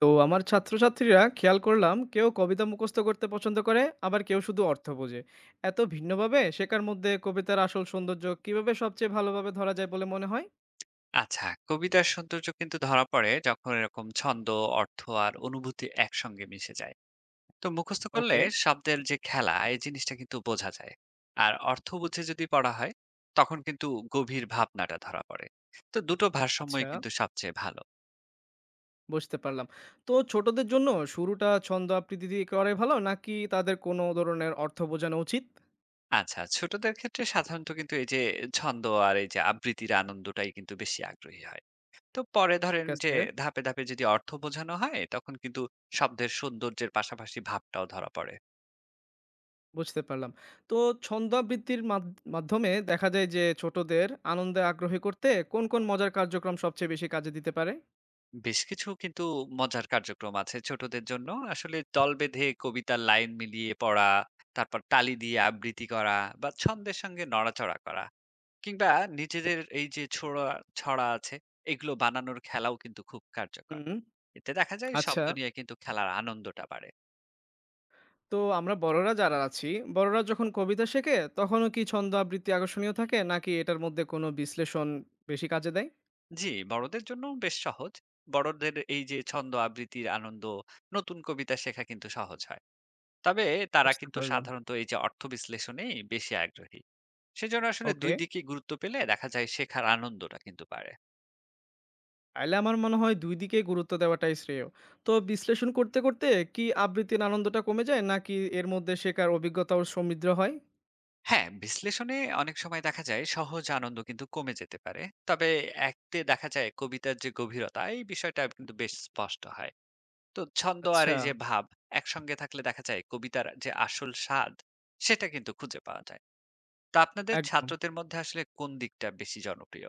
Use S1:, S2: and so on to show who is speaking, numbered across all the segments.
S1: তো আমার ছাত্রছাত্রীরা খেয়াল করলাম কেউ কবিতা মুখস্থ করতে পছন্দ করে, আবার কেউ শুধু অর্থ বোঝে। এত ভিন্নভাবে শেখার মধ্যে কবিতার আসল সৌন্দর্য কিভাবে সবচেয়ে ভালোভাবে ধরা যায় বলে মনে হয়?
S2: আচ্ছা, কবিতার সৌন্দর্য কিন্তু ধরা পড়ে যখন এরকম ছন্দ, অর্থ আর অনুভূতি একসঙ্গে মিশে যায়। তো মুখস্থ করলে
S1: ওকে।
S2: শব্দের যে খেলা, এই জিনিসটা কিন্তু বোঝা যায়। আর অর্থ বুঝে যদি পড়া হয়, তখন কিন্তু গভীর ভাবনাটা ধরা পড়ে। তো দুটো ভারসাম্যই
S1: আচ্ছা,
S2: কিন্তু সবচেয়ে ভালো।
S1: বুঝতে পারলাম। তো ছোটদের জন্য শুরুটা ছন্দ আবৃত্তি দিয়ে করে ভালো, নাকি তাদের কোনো ধরনের অর্থ বোঝানো উচিত?
S2: আচ্ছা, ছোটদের ক্ষেত্রে সাধারণত কিন্তু এই যে ছন্দ আর এই যে আবৃত্তির আনন্দটাই কিন্তু বেশি আগ্রহী হয়। তো পরে ধরেন
S1: ঠিক
S2: যে
S1: আছে।
S2: ধাপে ধাপে যদি অর্থ বোঝানো হয়, তখন কিন্তু শব্দের সৌন্দর্যের পাশাপাশি ভাবটাও ধরা পড়ে।
S1: বুঝতে পারলাম। তো ছন্দ আবৃত্তির মাধ্যমে দেখা যায় যে ছোটদের আনন্দে আগ্রহী করতে কোন কোন মজার কার্যক্রম সবচেয়ে বেশি কাজে দিতে পারে?
S2: বেশ কিছু কিন্তু মজার কার্যক্রম আছে ছোটদের জন্য। আসলে দল বেঁধে কবিতার লাইন মিলিয়ে পড়া, তারপর তালি দিয়ে আবৃত্তি করা বা ছন্দের সঙ্গে নড়াচড়া করা। কিংবা নিজেদের এই যে ছড়া আছে, এগুলো বানানোর খেলাও কিন্তু খুব কার্যকর।
S1: হুম।
S2: এতে দেখা যায়
S1: আচ্ছা,
S2: শব্দ নিয়ে কিন্তু খেলার আনন্দটা বাড়ে।
S1: তো আমরা বড়রা যারা আছি, বড়রা যখন কবিতা শেখে তখনও কি ছন্দ আবৃত্তি আকর্ষণীয় থাকে, নাকি এটার মধ্যে কোনো বিশ্লেষণ বেশি কাজে দেয়?
S2: জি, বড়দের জন্য বেশ সহজ। বড়দের এই যে ছন্দ আবৃত্তির আনন্দ, নতুন কবিতা শেখা কিন্তু সহজ হয়। তবে তারা
S1: বুঝতে
S2: কিন্তু
S1: পারলাম।
S2: সাধারণত এই যে অর্থ বিশ্লেষণে বেশি আগ্রহী। সেজন্য আসলে দুই
S1: ওকে,
S2: দিকে গুরুত্ব পেলে দেখা যায় শেখার আনন্দটা কিন্তু বাড়ে।
S1: তাহলে আমার মনে হয় দুই দিকে গুরুত্ব দেওয়াটাই শ্রেয়। তো বিশ্লেষণ করতে করতে কি আবৃত্তির আনন্দটা কমে যায়, নাকি এর মধ্যে শেখার অভিজ্ঞতাও সমৃদ্ধ হয়?
S2: হ্যাঁ, বিশ্লেষণে অনেক সময় দেখা যায় সহজ আনন্দ কিন্তু কমে যেতে পারে। তবে একতে দেখা যায় কবিতার যে গভীরতা, এই বিষয়টা কিন্তু বেশ স্পষ্ট হয়। তো ছন্দ আর
S1: আচ্ছা।
S2: এই যে ভাব একসঙ্গে থাকলে দেখা যায় কবিতার যে আসল স্বাদ, সেটা কিন্তু খুঁজে পাওয়া যায়। তো আপনাদের
S1: একদম।
S2: ছাত্রদের মধ্যে আসলে কোন দিকটা বেশি জনপ্রিয়?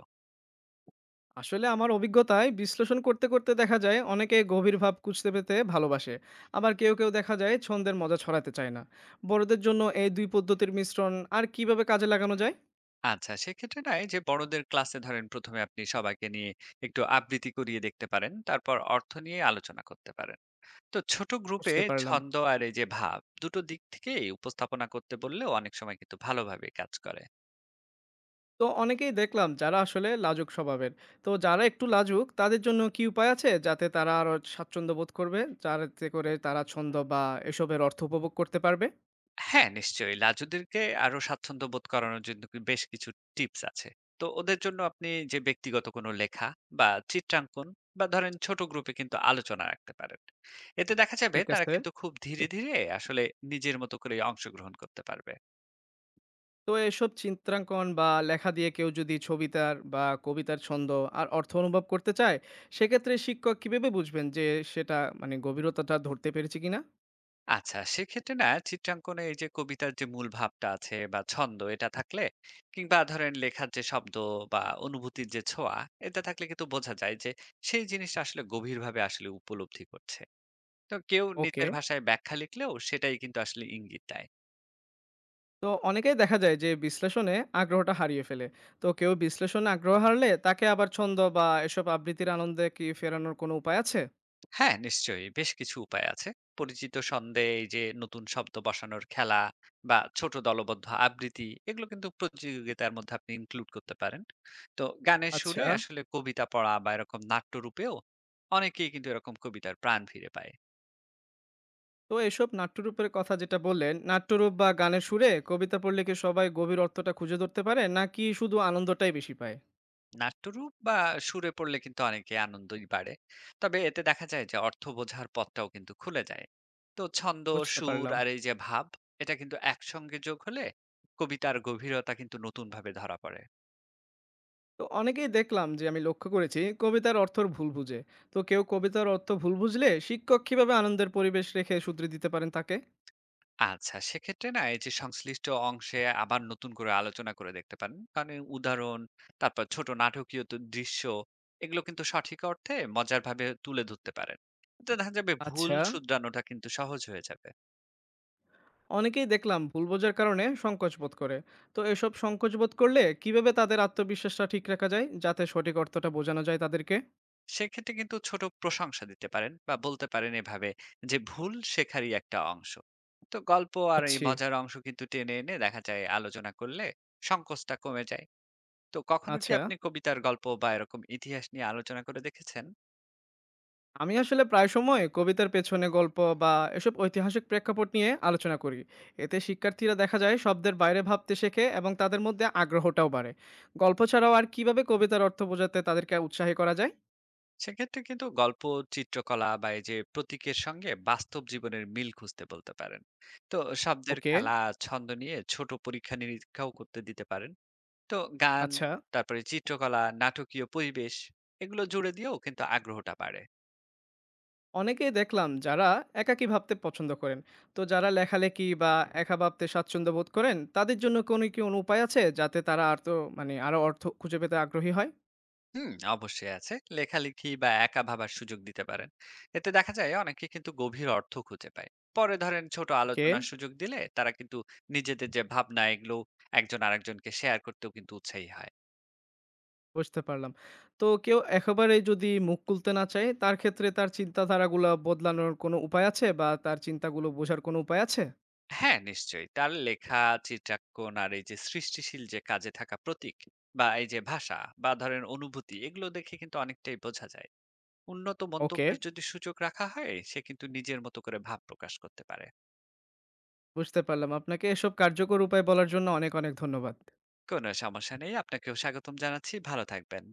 S1: আসলে আমার অভিজ্ঞতায় বিশ্লেষণ করতে করতে দেখা যায় অনেকে গভীর ভাব খুঁজতে পেতে ভালোবাসে। আবার কেউ কেউ দেখা যায় ছন্দের মজা ছড়াতে চায় না। বড়দের জন্য এই দুই পদ্ধতির মিশ্রণ আর কিভাবে কাজে লাগানো যায়?
S2: আচ্ছা, সেক্ষেত্রে নয় যে বড়দের ক্লাসে ধরেন প্রথমে আপনি সবাইকে নিয়ে একটু আবৃত্তি করিয়ে দেখতে পারেন, তারপর অর্থ নিয়ে আলোচনা করতে পারেন। তো ছোট গ্রুপে
S1: বুঝতে পারলাম।
S2: ছন্দ আর এই যে ভাব দুটো দিক থেকে উপস্থাপনা করতে বললে অনেক সময় কিন্তু ভালোভাবে কাজ করে।
S1: তো অনেকেই দেখলাম যারা আসলে লাজুক স্বভাবের। তো যারা একটু লাজুক তাদের জন্য কি উপায় আছে যাতে তারা আরো স্বাচ্ছন্দ্য বোধ করবে, যাতে করে তারা ছন্দ বা এসবের অর্থ উপভোগ করতে পারবে?
S2: হ্যাঁ, নিশ্চয়ই। লাজুদেরকে আরো স্বাচ্ছন্দ্য বোধ করানোর জন্য বেশ কিছু টিপস আছে। তো ওদের জন্য আপনি যে ব্যক্তিগত কোনো লেখা বা চিত্রাঙ্কন বা ধরেন ছোট গ্রুপে কিন্তু আলোচনা রাখতে পারেন। এতে দেখা যাবে
S1: ঠিক
S2: তারা
S1: আছে।
S2: কিন্তু খুব ধীরে ধীরে আসলে নিজের মতো করে অংশগ্রহণ করতে পারবে।
S1: তো এসব চিত্রাঙ্কন বা লেখা দিয়ে কেউ যদি ছবিতার বা কবিতার ছন্দ আর অর্থ অনুভব করতে চায়, সেক্ষেত্রে শিক্ষক কিভাবে বুঝবেন যে সেটা মানে গভীরতাটা ধরতে পেরেছে কিনা?
S2: আচ্ছা, সেক্ষেত্রে না চিত্রাঙ্কনে এই যে কবিতার যে মূল ভাবটা আছে বা ছন্দ, এটা থাকলে কিংবা ধরেন লেখার যে শব্দ বা অনুভূতির যে ছোঁয়া, এটা থাকলে কিন্তু বোঝা যায় যে সেই জিনিসটা আসলে গভীরভাবে আসলে উপলব্ধি করছে। তো কেউ
S1: ওকে।
S2: নিজের ভাষায় ব্যাখ্যা লিখলেও সেটাই কিন্তু আসলে ইঙ্গিত দেয়।
S1: তো অনেকেই দেখা যায় যে বিশ্লেষণে আগ্রহটা হারিয়ে ফেলে। তো কেউ বিশ্লেষণে আগ্রহ হারলে তাকে আবার ছন্দ বা এসব আবৃত্তির আনন্দে কি ফেরানোর কোনো উপায় আছে?
S2: হ্যাঁ, নিশ্চয়ই। বেশ কিছু উপায় আছে। পরিচিত ছন্দে এই যে নতুন শব্দ বসানোর খেলা বা ছোট দলবদ্ধ আবৃত্তি, এগুলো কিন্তু প্রতিযোগিতার মধ্যে আপনি ইনক্লুড করতে পারেন। তো গানের সুরে
S1: আচ্ছা।
S2: আসলে কবিতা পড়া বা এরকম নাট্যরূপেও অনেকেই কিন্তু এরকম কবিতার প্রাণ ফিরে পায়।
S1: তো এসব নাট্যরূপের কথা যেটা বললেন, নাট্যরূপ বা গানের সুরে কবিতা পড়লে কি সবাই গভীর অর্থটা খুঁজে ধরতে পারে, নাকি শুধু আনন্দটাই বেশি পায়?
S2: নাট্যরূপ বা সুরে পড়লে কিন্তু অনেকে আনন্দই বাড়ে। তবে এতে দেখা যায় যে অর্থ বোঝার পথটাও কিন্তু খুলে যায়। তো ছন্দ,
S1: বুঝতে
S2: সুর
S1: পারলাম।
S2: আর এই যে ভাব, এটা কিন্তু একসঙ্গে যোগ হলে কবিতার গভীরতা কিন্তু নতুনভাবে ধরা পড়ে।
S1: তো অনেকেই দেখলাম যে, আমি লক্ষ্য করেছি কবিতার অর্থর ভুল বুঝে। তো কেউ কবিতার অর্থ ভুল বুঝলে শিক্ষক কিভাবে আনন্দের পরিবেশ রেখে শুধরে দিতে পারেন তাকে?
S2: আচ্ছা, সেক্ষেত্রে না এই যে সংশ্লিষ্ট অংশে আবার নতুন করে আলোচনা করে দেখতে পারেন। মানে উদাহরণ, তারপর ছোট নাটকীয় তো দৃশ্য, এগুলো কিন্তু সঠিক অর্থে মজারভাবে তুলে ধরতে পারেন। এতে দেখা যাবে ভুল
S1: আচ্ছা।
S2: শুধরানোটা কিন্তু সহজ হয়ে যাবে।
S1: অনেকেই দেখলাম ভুল বোঝার কারণে সংকোচ বোধ করে। তো এসব সংকোচ বোধ করলে কিভাবে তাদের আত্মবিশ্বাসটা ঠিক রাখা যায় যাতে সঠিক অর্থটা বোঝানো যায় তাদেরকে?
S2: সেক্ষেত্রে কিন্তু ছোট প্রশংসা দিতে পারেন বা বলতে পারেন এভাবে যে ভুল শেখারই একটা অংশ। তো গল্প আর এই
S1: বুঝছি।
S2: মজার অংশ কিন্তু টেনে এনে দেখা যায় আলোচনা করলে সংকোচটা কমে যায়। তো কখনো কি
S1: আচ্ছা,
S2: আপনি কবিতার গল্প বা এরকম ইতিহাস নিয়ে আলোচনা করে দেখেছেন?
S1: আমি আসলে প্রায় সময় কবিতার পেছনে গল্প বা এসব ঐতিহাসিক প্রেক্ষাপট নিয়ে আলোচনা করি। এতে শিক্ষার্থীরা দেখা যায় শব্দের বাইরে ভাবতে শেখে এবং তাদের মধ্যে আগ্রহটাও বাড়ে। গল্প ছাড়াও আর কিভাবে কবিতার অর্থ বোঝাতে তাদেরকে উৎসাহী করা যায়?
S2: সেক্ষেত্রে কিন্তু গল্প, চিত্রকলা বা এই যে প্রতীকের সঙ্গে বাস্তব জীবনের মিল খুঁজতে বলতে পারেন। তো শব্দের
S1: ওকে।
S2: খেলা, ছন্দ নিয়ে ছোট পরীক্ষা নিরীক্ষাও করতে দিতে পারেন। তো গান,
S1: আচ্ছা,
S2: তারপরে চিত্রকলা, নাটকীয় পরিবেশ, এগুলো জুড়ে দিয়েও কিন্তু আগ্রহটা বাড়ে।
S1: অনেকেই দেখলাম যারা একাকী ভাবতে পছন্দ করেন। তো যারা লেখালেখি বা একা ভাবতে স্বাচ্ছন্দ্য বোধ করেন তাদের জন্য কোনো কি কোনো উপায় আছে যাতে তারা আর তো মানে আরো অর্থ খুঁজে পেতে আগ্রহী হয়?
S2: হুম, অবশ্যই আছে। লেখালেখি বা একা ভাবার সুযোগ দিতে পারেন। এতে দেখা যায় অনেকে কিন্তু গভীর অর্থ খুঁজে পায়। পরে ধরেন ছোট
S1: ওকে।
S2: আলোচনার সুযোগ দিলে তারা কিন্তু নিজেদের যে ভাবনা, এগুলো একজন আরেকজনকে শেয়ার করতেও কিন্তু উৎসাহী হয়।
S1: বুঝতে পারলাম। তো কেউ একেবারেই যদি মুখ খুলতে না চায়, তার ক্ষেত্রে তার চিন্তাধারাগুলা বদলানোর কোনো উপায় আছে? বা তার চিন্তাগুলো বোঝার কোনো উপায় আছে?
S2: হ্যাঁ, নিশ্চয়ই। তার লেখা, চিত্রাঙ্কন আর এই যে সৃষ্টিশীল যে কাজে থাকা প্রতীক বা এই যে ভাষা বা ধরেন অনুভূতি, এগুলো দেখে কিন্তু অনেকটাই বোঝা যায়। উন্নত
S1: ওকে।
S2: মন্তব্যের যদি সুযোগ রাখা হয়, সে কিন্তু নিজের মতো করে ভাব প্রকাশ করতে পারে।
S1: বুঝতে পারলাম। আপনাকে এসব কার্যকর উপায় বলার জন্য অনেক, অনেক ধন্যবাদ।
S2: কোনো সমস্যা নেই। আপনাকেও স্বাগতম জানাচ্ছি। ভালো থাকবেন।